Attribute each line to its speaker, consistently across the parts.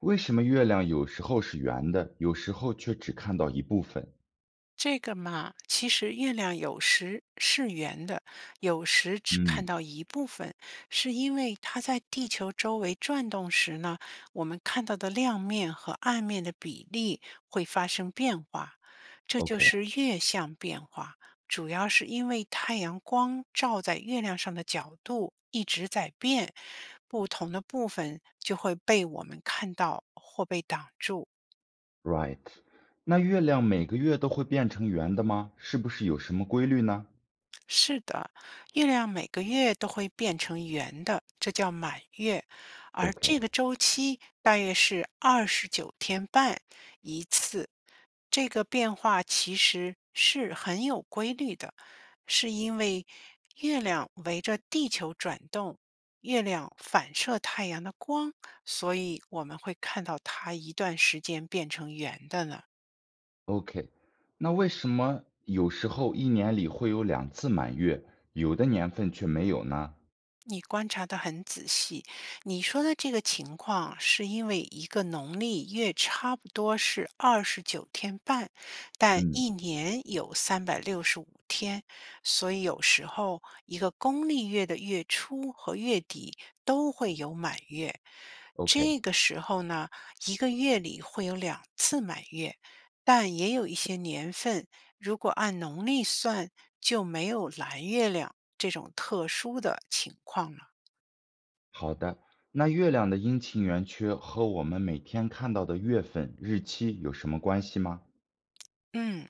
Speaker 1: 为什么月亮有时候是圆的，有时候却只看到一部分？
Speaker 2: 这个嘛，其实月亮有时是圆的，有时只看
Speaker 1: 嗯
Speaker 2: 到一部分，是因为它在地球周围转动时呢，我们看到的亮面和暗面的比例会发生变化，这就是月相变化。主要是因为太阳光照在月亮上的角度一直在变，不同的部分就会被我们看到或被挡住。
Speaker 1: ，OK，right。那月亮每个月都会变成圆的吗？是不是有什么规律呢
Speaker 2: 是的，月亮每个月都会变成圆的，这叫满月，而这个周期大约是二十九天半一次。这个变化其实是很有规律的，是因为月亮围着地球转动，月亮反射太阳的光，所以我们会看到它一段时间变成圆的呢。
Speaker 1: ？OK，OK。那为什么有时候一年里会有两次满月，有的年份却没有呢？
Speaker 2: 你观察得很仔细。你说的这个情况，是因为一个农历月差不多是二十九天半，但
Speaker 1: 嗯
Speaker 2: 一年有365天，所以有时候一个公历月的月初和月底都会有满月。
Speaker 1: ，OK，
Speaker 2: 这个时候呢，一个月里会有两次满月，但也有一些年份，如果按农历算，就没有蓝月亮。这种特殊的情况了。
Speaker 1: 好的。那月亮的阴晴圆缺和我们每天看到的月份、日期有什么关系吗
Speaker 2: 嗯，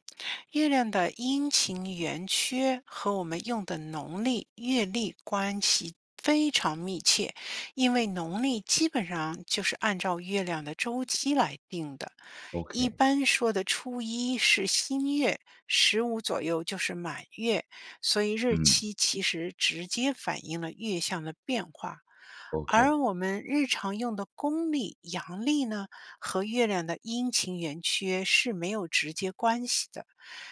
Speaker 2: 月亮的阴晴圆缺和我们用的农历、月历关系非常密切，因为农历基本上就是按照月亮的周期来定的。一
Speaker 1: ？OK，
Speaker 2: 般说的初一是新月，十五左右就是满月，所以日
Speaker 1: 嗯
Speaker 2: 期其实直接反映了月相的变化。
Speaker 1: ，OK，OK。
Speaker 2: 而我们日常用的公历、阳历呢，和月亮的阴晴圆缺是没有直接关系的，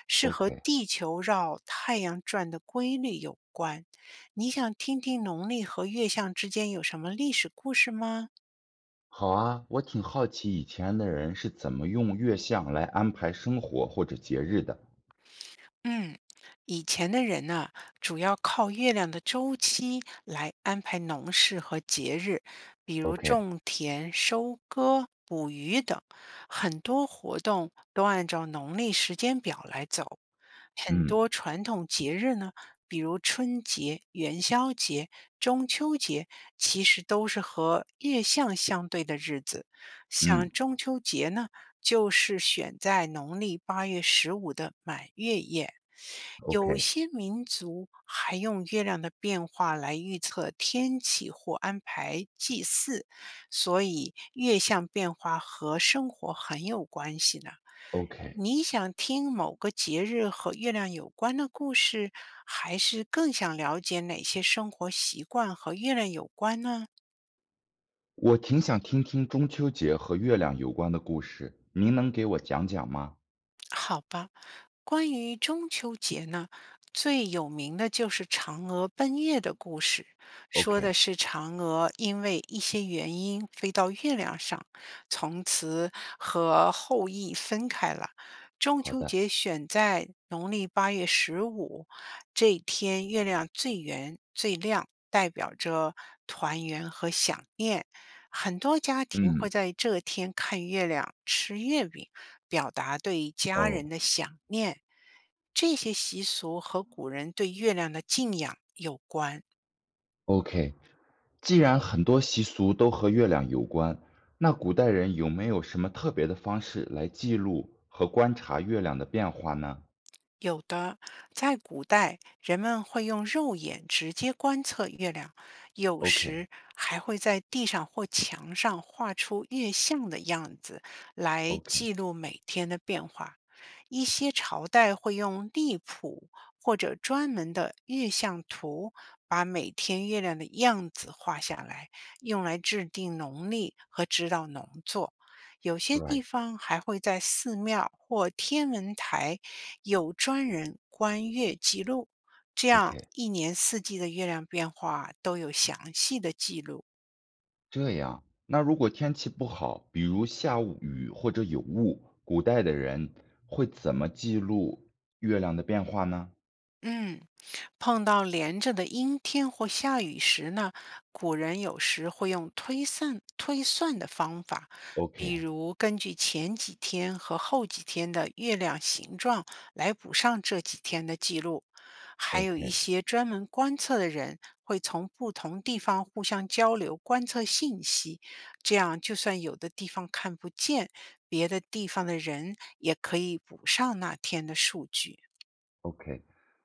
Speaker 2: 是和地球绕太阳转的规律有关。你想听听农历和月相之间有什么历史故事吗？
Speaker 1: 好啊，我挺好奇以前的人是怎么用月相来安排生活或者节日的。
Speaker 2: 嗯，以前的人呢，主要靠月亮的周期来安排农事和节日，比如
Speaker 1: OK，
Speaker 2: 种田、收割、捕鱼等，很多活动都按照农历时间表来走。很
Speaker 1: 嗯
Speaker 2: 多传统节日呢，比如春节、元宵节、中秋节，其实都是和月相相对的日子。像
Speaker 1: 嗯
Speaker 2: 中秋节呢，就是选在农历八月十五的满月夜。有些民族还用月亮的变化来预测天气或安排祭祀，所以月相变化和生活很有关系呢。
Speaker 1: ，OK，OK，
Speaker 2: 你想听某个节日和月亮有关的故事，还是更想了解哪些生活习惯和月亮有关呢？
Speaker 1: 我挺想听听中秋节和月亮有关的故事，您能给我讲讲吗
Speaker 2: 好吧，关于中秋节呢，最有名的就是嫦娥奔月的故事，说的
Speaker 1: ？OK，
Speaker 2: 是嫦娥因为一些原因飞到月亮上，从此和后羿分开了。中
Speaker 1: 好
Speaker 2: 秋
Speaker 1: 的，
Speaker 2: 节选在农历八月十五这一天，月亮最圆最亮，代表着团圆和想念。很多家庭
Speaker 1: 嗯，
Speaker 2: 会在这天看月亮、吃月饼。表达对家
Speaker 1: 哦
Speaker 2: 人的想念。这些习俗和古人对月亮的敬仰有关。
Speaker 1: ，OK。既然很多习俗都和月亮有关，那古代人有没有什么特别的方式来记录和观察月亮的变化呢
Speaker 2: 有的，在古代，人们会用肉眼直接观测月亮，有时还会在地上或墙上画出月相的样子，来
Speaker 1: ？OK，OK，right，OK。
Speaker 2: 记录每天的变化。一些朝代会用历谱或者专门的月相图，把每天月亮的样子画下来，用来制定农历和指导农作。有些地方还会在寺庙或天文台有专人观月记录，这样一年四季的月亮变化都有详细的记录。
Speaker 1: 这样，那如果天气不好，比如下雨或者有雾，古代的人会怎么记录月亮的变化呢
Speaker 2: 嗯，碰到连着的阴天或下雨时呢，古人有时会用推算的方法，比如根据前几天和后几天的月亮形状来补上这几天的记录。还有一
Speaker 1: ？OK，OK，OK。
Speaker 2: 些专门观测的人会从不同地方互相交流观测信息，这样就算有的地方看不见，别的地方的人也可以补上那天的数据。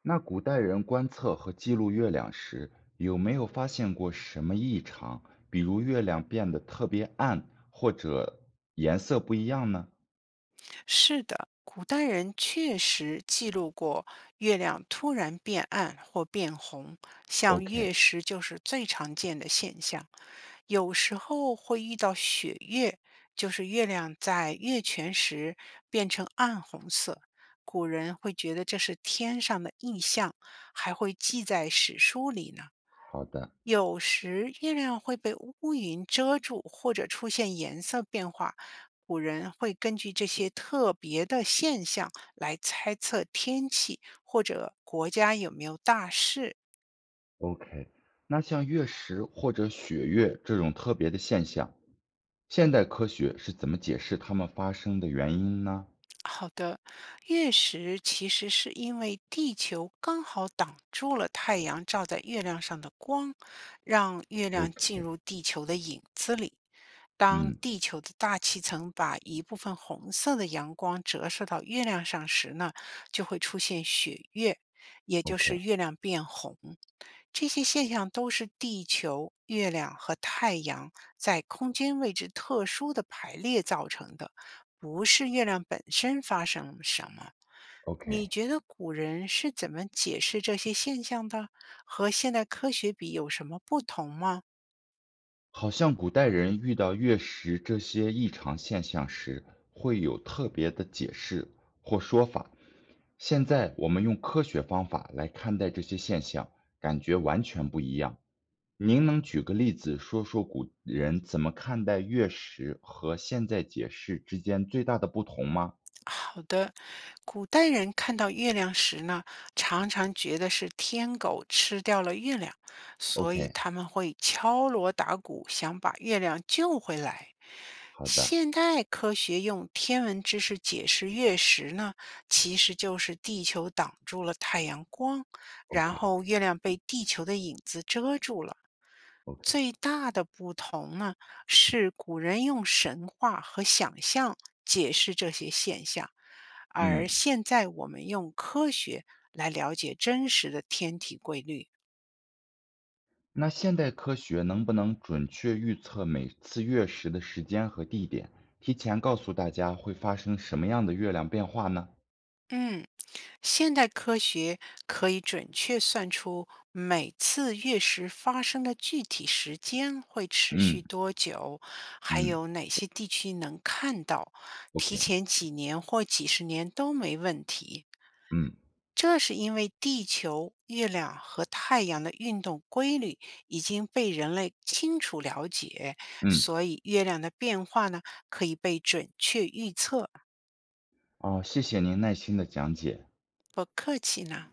Speaker 1: 那古代人观测和记录月亮时，有没有发现过什么异常？比如月亮变得特别暗，或者颜色不一样呢
Speaker 2: 是的，古代人确实记录过月亮突然变暗或变红，像月
Speaker 1: ？OK，
Speaker 2: 食就是最常见的现象。有时候会遇到雪月，就是月亮在月全食变成暗红色。古人会觉得这是天上的异象，还会记在史书里呢。
Speaker 1: 好的
Speaker 2: 有时月亮会被乌云遮住，或者出现颜色变化，古人会根据这些特别的现象来猜测天气或者国家有没有大事。
Speaker 1: ，OK。那像月食或者血月这种特别的现象，现代科学是怎么解释它们发生的原因呢
Speaker 2: 好的，月食其实是因为地球刚好挡住了太阳照在月亮上的光，让月亮进
Speaker 1: ？OK，
Speaker 2: 入地球的影子里。当
Speaker 1: 嗯
Speaker 2: 地球的大气层把一部分红色的阳光折射到月亮上时呢，就会出现血月，也就
Speaker 1: ，OK，OK。
Speaker 2: 是月亮变红。这些现象都是地球、月亮和太阳在空间位置特殊的排列造成的。不是月亮本身发生了什么。你觉得古人是怎么解释这些现象的？和现代科学比有什么不同吗？
Speaker 1: 好像古代人遇到月食这些异常现象时，会有特别的解释或说法。现在我们用科学方法来看待这些现象，感觉完全不一样。您能举个例子说说古人怎么看待月食和现在解释之间最大的不同吗
Speaker 2: 好的，古代人看到月亮时呢，常常觉得是天狗吃掉了月亮，所以
Speaker 1: ？OK，
Speaker 2: 他们会敲锣打鼓，想把月亮救回来。
Speaker 1: 好的
Speaker 2: 现代科学用天文知识解释月食呢，其实就是地球挡住了太阳光，然
Speaker 1: ，OK，OK，
Speaker 2: 后月亮被地球的影子遮住了。最大的不同呢，是古人用神话和想象解释这些现象，
Speaker 1: 嗯。
Speaker 2: 而现在我们用科学来了解真实的天体规律。
Speaker 1: 那现代科学能不能准确预测每次月食的时间和地点，提前告诉大家会发生什么样的月亮变化呢？
Speaker 2: 嗯，现代科学可以准确算出每次月食发生的具体时间会持续
Speaker 1: 嗯
Speaker 2: 多久，还
Speaker 1: 嗯
Speaker 2: 有哪些地区能看到，提
Speaker 1: ，OK，
Speaker 2: 前几年或几十年都没问题。
Speaker 1: 嗯
Speaker 2: 这是因为地球、月亮和太阳的运动规律已经被人类清楚了解，
Speaker 1: 嗯，
Speaker 2: 所以月亮的变化呢可以被准确预测。
Speaker 1: 哦，谢谢您耐心的讲解。
Speaker 2: 不客气呢。